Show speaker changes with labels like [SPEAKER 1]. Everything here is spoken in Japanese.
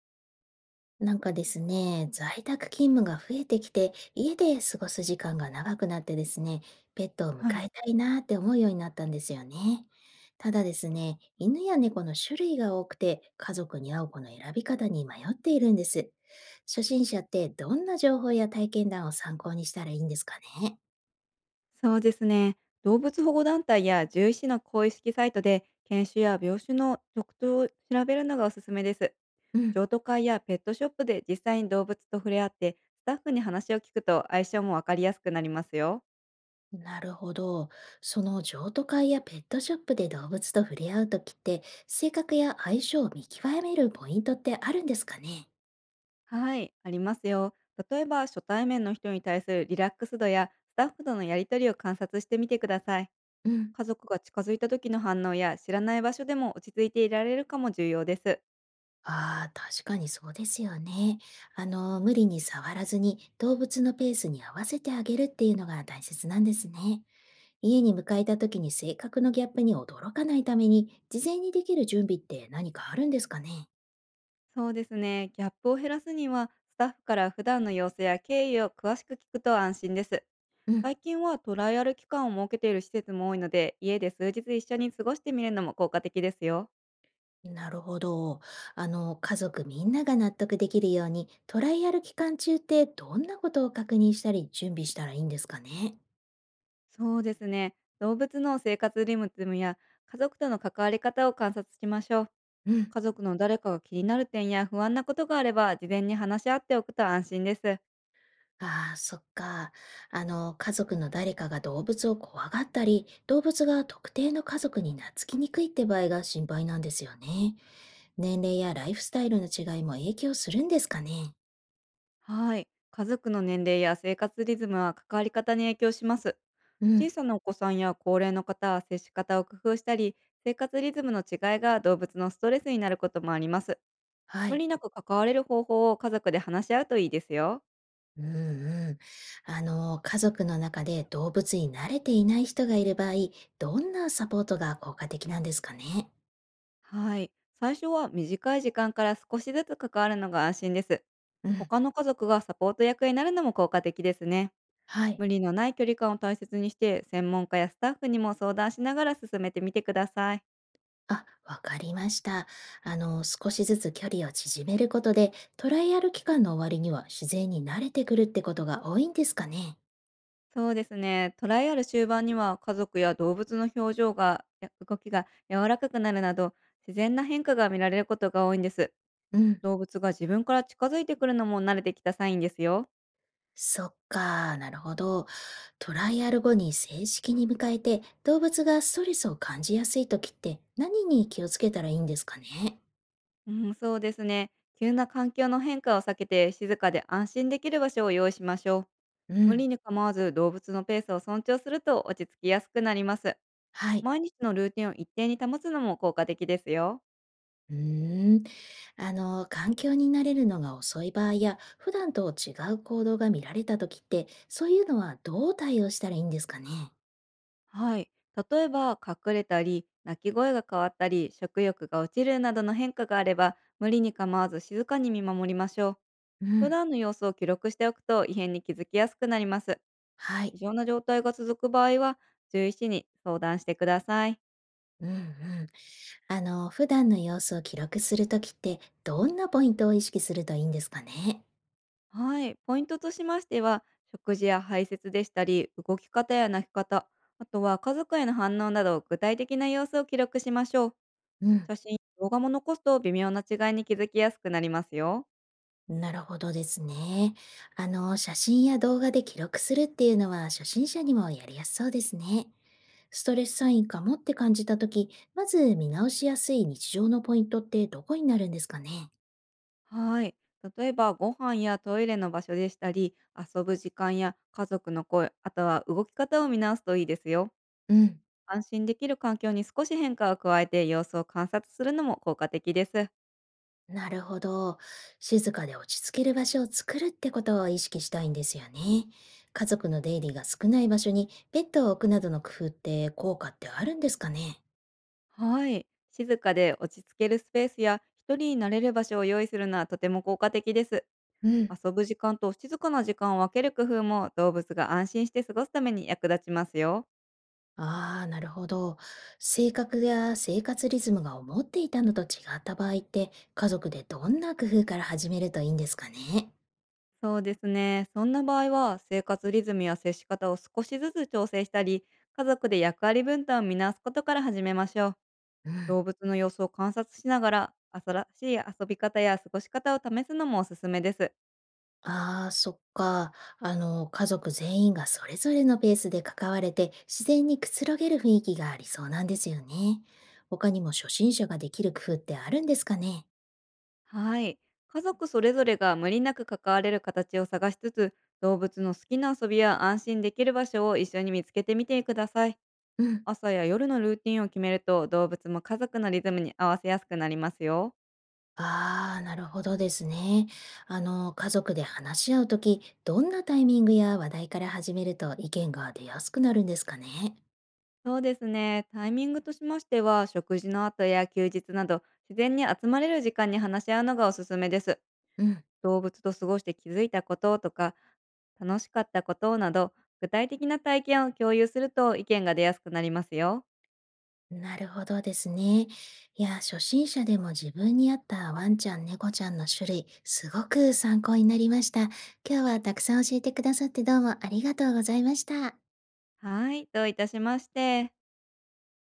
[SPEAKER 1] なんかですね、在宅勤務が増えてきて、家で過ごす時間が長くなってですね、ペットを迎
[SPEAKER 2] はい、
[SPEAKER 1] えたいなーって思うようになったんですよね。ただですね、犬や猫の種類が多くて、家族に合う子の選び方に迷っているんです。初心者ってどんな情報や体験談を参考にしたらいいんですかね？
[SPEAKER 2] そうですね。動物保護団体や獣医師の公式サイトで犬種や病種の特徴を調べるのがおすすめです。
[SPEAKER 1] うん。
[SPEAKER 2] 譲渡会やペットショップで実際に動物と触れ合って、スタッフに話を聞くと相性もわかりやすくなりますよ。
[SPEAKER 1] なるほど。その譲渡会やペットショップで動物と触れ合うときって、性格や相性を見極めるポイントってあるんですかね？
[SPEAKER 2] はい、ありますよ。例えば、初対面の人に対するリラックス度やスタッフとのやり取りを観察してみてください。
[SPEAKER 1] うん。
[SPEAKER 2] 家族が近づいた時の反応や、知らない場所でも落ち着いていられるかも重要です。
[SPEAKER 1] ああ、確かにそうですよね。あの、無理に触らずに動物のペースに合わせてあげるっていうのが大切なんですね。家に迎えた時に性格のギャップに驚かないために、事前にできる準備って何かあるんですかね？
[SPEAKER 2] そうですね。ギャップを減らすには、スタッフから普段の様子や経緯を詳しく聞くと安心です。
[SPEAKER 1] うん。
[SPEAKER 2] 最近はトライアル期間を設けている施設も多いので、家で数日一緒に過ごしてみるのも効果的ですよ。
[SPEAKER 1] なるほど。あの、家族みんなが納得できるように、トライアル期間中ってどんなことを確認したり準備したらいいんですかね？
[SPEAKER 2] そうですね。動物の生活リムズムや家族との関わり方を観察しましょう。
[SPEAKER 1] うん。
[SPEAKER 2] 家族の誰かが気になる点や不安なことがあれば、事前に話し合っておくと安心です。
[SPEAKER 1] ああ、そっか。あの、家族の誰かが動物を怖がったり、動物が特定の家族に懐きにくいって場合が心配なんですよね。年齢やライフスタイルの違いも影響するんですかね。
[SPEAKER 2] はい。家族の年齢や生活リズムは関わり方に影響します。
[SPEAKER 1] う
[SPEAKER 2] 小
[SPEAKER 1] ん、
[SPEAKER 2] さなお子さんや高齢の方は接し方を工夫したり、生活リズムの違いが動物のストレスになることもあります。
[SPEAKER 1] は
[SPEAKER 2] 無
[SPEAKER 1] い。
[SPEAKER 2] 理なく関われる方法を家族で話し合うといいですよ。
[SPEAKER 1] うんうん。あの、家族の中で動物に慣れていない人がいる場合、どんなサポートが効果的なんですかね。
[SPEAKER 2] はい。最初は短い時間から少しずつ関わるのが安心です。
[SPEAKER 1] うん、
[SPEAKER 2] 他の家族がサポート役になるのも効果的ですね。
[SPEAKER 1] はい。
[SPEAKER 2] 無理のない距離感を大切にして、専門家やスタッフにも相談しながら進めてみてください。
[SPEAKER 1] あ、わかりました。あの、少しずつ距離を縮めることで、トライアル期間の終わりには自然に慣れてくるってことが多いんですかね。
[SPEAKER 2] そうですね。トライアル終盤には、家族や動物の表情が、や動きが柔らかくなるなど、自然な変化が見られることが多いんです。
[SPEAKER 1] うん。
[SPEAKER 2] 動物が自分から近づいてくるのも慣れてきたサインですよ。
[SPEAKER 1] そっか、なるほど。トライアル後に正式に迎えて、動物がストレスを感じやすい時って何に気をつけたらいいんですかね。
[SPEAKER 2] うん、そうですね。急な環境の変化を避けて、静かで安心できる場所を用意しましょう。
[SPEAKER 1] う
[SPEAKER 2] 無
[SPEAKER 1] ん。
[SPEAKER 2] 理に構わず動物のペースを尊重すると落ち着きやすくなります。
[SPEAKER 1] はい。
[SPEAKER 2] 毎日のルーティンを一定に保つのも効果的ですよ。
[SPEAKER 1] うーん。あの、環境に慣れるのが遅い場合や、普段と違う行動が見られた時って、そういうのはどう対応したらいいんですかね。
[SPEAKER 2] はい。例えば、隠れたり、鳴き声が変わったり、食欲が落ちるなどの変化があれば、無理に構わず静かに見守りましょう。
[SPEAKER 1] う
[SPEAKER 2] 普
[SPEAKER 1] ん、
[SPEAKER 2] 段の様子を記録しておくと、異変に気づきやすくなります。
[SPEAKER 1] はい。
[SPEAKER 2] 異常な状態が続く場合は、獣医師に相談してください。
[SPEAKER 1] うんうん。あの、普段の様子を記録するときって、どんなポイントを意識するといいんですかね？
[SPEAKER 2] はい。ポイントとしましては、食事や排泄でしたり、動き方や鳴き方、あとは家族への反応など、具体的な様子を記録しましょう。
[SPEAKER 1] うん。
[SPEAKER 2] 写真、動画も残すと、微妙な違いに気づきやすくなりますよ。
[SPEAKER 1] なるほどですね。あの、写真や動画で記録するっていうのは、初心者にもやりやすそうですね。ストレスサインかもって感じたとき、まず見直しやすい日常のポイントってどこになるんですかね？
[SPEAKER 2] はい。例えば、ご飯やトイレの場所でしたり、遊ぶ時間や家族の声、あとは動き方を見直すといいですよ。
[SPEAKER 1] うん。
[SPEAKER 2] 安心できる環境に少し変化を加えて様子を観察するのも効果的です。
[SPEAKER 1] なるほど。静かで落ち着ける場所を作るってことを意識したいんですよね。家族の出入りが少ない場所にベッドを置くなどの工夫って効果ってあるんですかね？
[SPEAKER 2] はい。静かで落ち着けるスペースや一人になれる場所を用意するのはとても効果的です。
[SPEAKER 1] うん、
[SPEAKER 2] 遊ぶ時間と静かな時間を分ける工夫も、動物が安心して過ごすために役立ちますよ。
[SPEAKER 1] ああ、なるほど。性格や生活リズムが思っていたのと違った場合って、家族でどんな工夫から始めるといいんですかね？
[SPEAKER 2] そうですね。そんな場合は、生活リズムや接し方を少しずつ調整したり、家族で役割分担を見直すことから始めましょう。
[SPEAKER 1] うん。
[SPEAKER 2] 動物の様子を観察しながら、新しい遊び方や過ごし方を試すのもおすすめです。
[SPEAKER 1] ああ、そっか。あの、家族全員がそれぞれのペースで関われて、自然にくつろげる雰囲気がありそうなんですよね。他にも初心者ができる工夫ってあるんですかね？
[SPEAKER 2] はい。家族それぞれが無理なく関われる形を探しつつ、動物の好きな遊びや安心できる場所を一緒に見つけてみてください。
[SPEAKER 1] うん、
[SPEAKER 2] 朝や夜のルーティンを決めると、動物も家族のリズムに合わせやすくなりますよ。
[SPEAKER 1] ああ、なるほどですね。あの、家族で話し合うとき、どんなタイミングや話題から始めると意見が出やすくなるんですかね？
[SPEAKER 2] そうですね。タイミングとしましては、食事の後や休日など、自然に集まれる時間に話し合うのがおすすめです。
[SPEAKER 1] うん。
[SPEAKER 2] 動物と過ごして気づいたこととか、楽しかったことなど、具体的な体験を共有すると意見が出やすくなりますよ。
[SPEAKER 1] なるほどですね。いや、初心者でも自分に合ったワンちゃん、猫ちゃんの種類、すごく参考になりました。今日はたくさん教えてくださってどうもありがとうございました。
[SPEAKER 2] はい、どういたしまして。